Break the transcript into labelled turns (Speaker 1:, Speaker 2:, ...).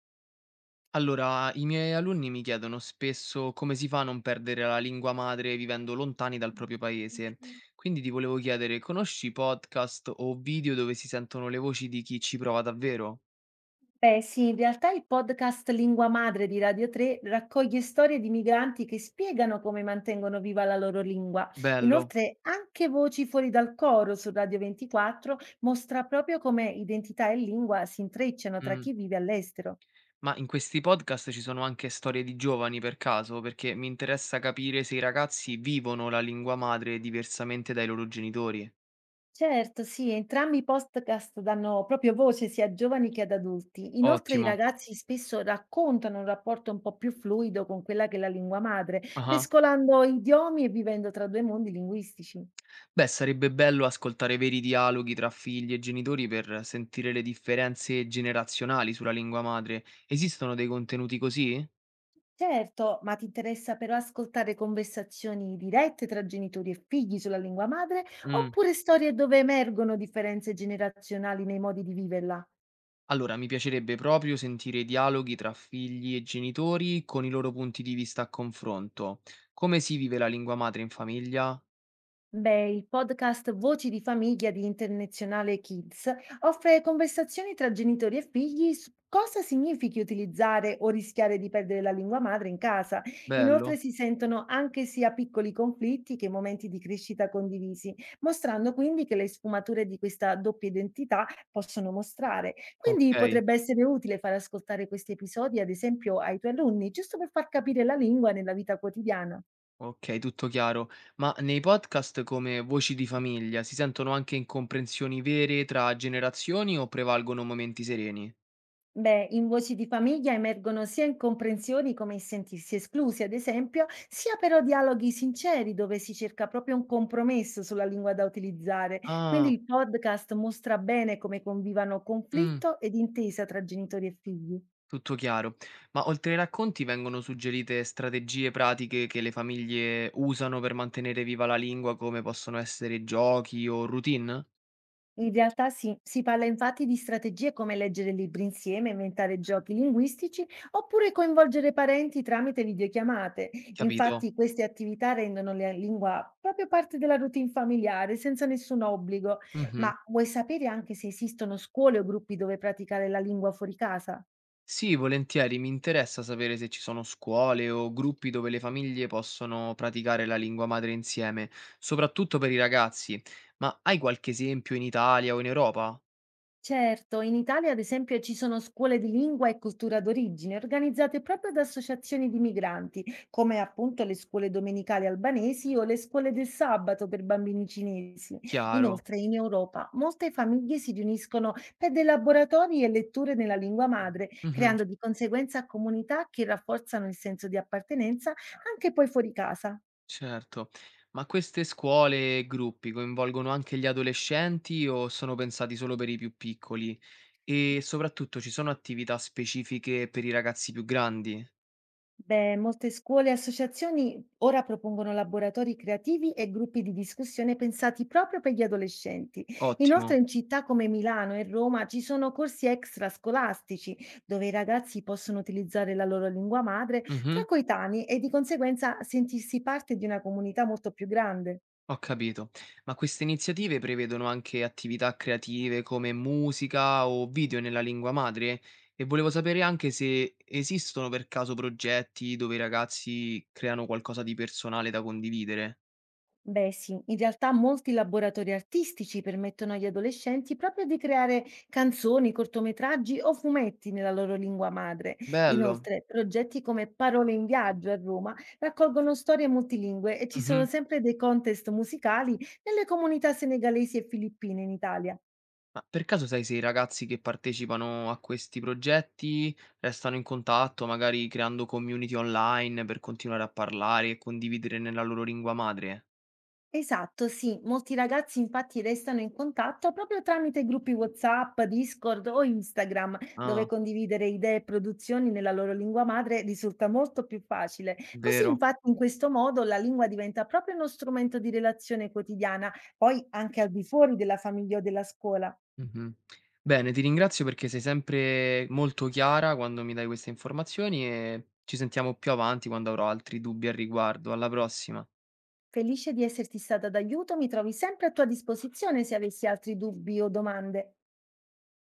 Speaker 1: Allora, i miei alunni mi chiedono spesso come si fa a non perdere la lingua madre vivendo lontani dal proprio paese. Quindi ti volevo chiedere, conosci podcast o video dove si sentono le voci di chi ci prova davvero?
Speaker 2: Beh, sì, in realtà il podcast Lingua Madre di Radio 3 raccoglie storie di migranti che spiegano come mantengono viva la loro lingua.
Speaker 1: Bello.
Speaker 2: Inoltre, anche Voci fuori dal coro su Radio 24 mostra proprio come identità e lingua si intrecciano tra
Speaker 1: Mm.
Speaker 2: chi vive all'estero.
Speaker 1: Ma in questi podcast ci sono anche storie di giovani per caso, perché mi interessa capire se i ragazzi vivono la lingua madre diversamente dai loro genitori.
Speaker 2: Certo, sì, entrambi i podcast danno proprio voce sia a giovani che ad adulti. Inoltre i
Speaker 1: Ottimo.
Speaker 2: ragazzi spesso raccontano un rapporto un po' più fluido con quella che è la lingua madre,
Speaker 1: Ah.
Speaker 2: mescolando idiomi e vivendo tra due mondi linguistici.
Speaker 1: Beh, sarebbe bello ascoltare veri dialoghi tra figli e genitori per sentire le differenze generazionali sulla lingua madre. Esistono dei contenuti così?
Speaker 2: Certo, ma ti interessa però ascoltare conversazioni dirette tra genitori e figli sulla lingua madre,
Speaker 1: Mm.
Speaker 2: oppure storie dove emergono differenze generazionali nei modi di viverla?
Speaker 1: Allora, mi piacerebbe proprio sentire i dialoghi tra figli e genitori con i loro punti di vista a confronto. Come si vive la lingua madre in famiglia?
Speaker 2: Beh, il podcast Voci di famiglia di Internazionale Kids offre conversazioni tra genitori e figli su cosa significhi utilizzare o rischiare di perdere la lingua madre in casa. Inoltre
Speaker 1: Bello?
Speaker 2: si sentono anche sia piccoli conflitti che momenti di crescita condivisi, mostrando quindi che le sfumature di questa doppia identità possono mostrare. Quindi
Speaker 1: Ok,
Speaker 2: potrebbe essere utile far ascoltare questi episodi, ad esempio, ai tuoi alunni, giusto per far capire la lingua nella vita quotidiana.
Speaker 1: ok, tutto chiaro. Ma nei podcast come Voci di famiglia si sentono anche incomprensioni vere tra generazioni o prevalgono momenti sereni?
Speaker 2: Beh, in Voci di famiglia emergono sia incomprensioni come il sentirsi esclusi, ad esempio, sia però dialoghi sinceri dove si cerca proprio un compromesso sulla lingua da utilizzare. Quindi
Speaker 1: Ah.
Speaker 2: il podcast mostra bene come convivano
Speaker 1: Mh,
Speaker 2: conflitto ed intesa tra genitori e figli.
Speaker 1: tutto chiaro. Ma oltre ai racconti vengono suggerite strategie pratiche che le famiglie usano per mantenere viva la lingua, come possono essere giochi o routine?
Speaker 2: In realtà sì, si parla infatti di strategie come leggere libri insieme, inventare giochi linguistici oppure coinvolgere parenti tramite videochiamate.
Speaker 1: Capito.
Speaker 2: Infatti queste attività rendono la lingua proprio parte della routine familiare, senza nessun obbligo.
Speaker 1: Mh-mh.
Speaker 2: Ma vuoi sapere anche se esistono scuole o gruppi dove praticare la lingua fuori casa?
Speaker 1: Sì, volentieri, mi interessa sapere se ci sono scuole o gruppi dove le famiglie possono praticare la lingua madre insieme, soprattutto per i ragazzi. Ma hai qualche esempio in Italia o in Europa?
Speaker 2: Certo, in Italia ad esempio ci sono scuole di lingua e cultura d'origine organizzate proprio da associazioni di migranti, come appunto le scuole domenicali albanesi o le scuole del sabato per bambini cinesi.
Speaker 1: Chiaro.
Speaker 2: Inoltre in Europa molte famiglie si riuniscono per dei laboratori e letture nella lingua madre,
Speaker 1: Mh-mh.
Speaker 2: creando di conseguenza comunità che rafforzano il senso di appartenenza anche poi fuori casa.
Speaker 1: Certo. Ma queste scuole e gruppi coinvolgono anche gli adolescenti o sono pensati solo per i più piccoli? E soprattutto ci sono attività specifiche per i ragazzi più grandi?
Speaker 2: Beh, molte scuole e associazioni ora propongono laboratori creativi e gruppi di discussione pensati proprio per gli adolescenti. Inoltre,
Speaker 1: Ottimo.
Speaker 2: in città come Milano e Roma ci sono corsi extrascolastici dove i ragazzi possono utilizzare la loro lingua madre tra
Speaker 1: Mhm,
Speaker 2: coetanei e di conseguenza sentirsi parte di una comunità molto più grande.
Speaker 1: ho capito. Ma queste iniziative prevedono anche attività creative come musica o video nella lingua madre? E volevo sapere anche se esistono per caso progetti dove i ragazzi creano qualcosa di personale da condividere.
Speaker 2: Beh sì, in realtà molti laboratori artistici permettono agli adolescenti proprio di creare canzoni, cortometraggi o fumetti nella loro lingua madre.
Speaker 1: Bello.
Speaker 2: Inoltre, progetti come Parole in Viaggio a Roma raccolgono storie multilingue e ci sono sempre dei contest musicali nelle comunità senegalesi e filippine in Italia.
Speaker 1: Ma per caso sai se i ragazzi che partecipano a questi progetti restano in contatto, magari creando community online per continuare a parlare e condividere nella loro lingua madre?
Speaker 2: Esatto, sì, molti ragazzi infatti restano in contatto proprio tramite gruppi WhatsApp, Discord o Instagram, dove
Speaker 1: Ah,
Speaker 2: condividere idee e produzioni nella loro lingua madre risulta molto più facile. Così
Speaker 1: vero.
Speaker 2: infatti in questo modo la lingua diventa proprio uno strumento di relazione quotidiana, poi anche al di fuori della famiglia o della scuola.
Speaker 1: Mh-mh. Bene, ti ringrazio perché sei sempre molto chiara quando mi dai queste informazioni e ci sentiamo più avanti quando avrò altri dubbi al riguardo. Alla prossima.
Speaker 2: Felice di esserti stata d'aiuto, mi trovi sempre a tua disposizione se avessi altri dubbi o domande.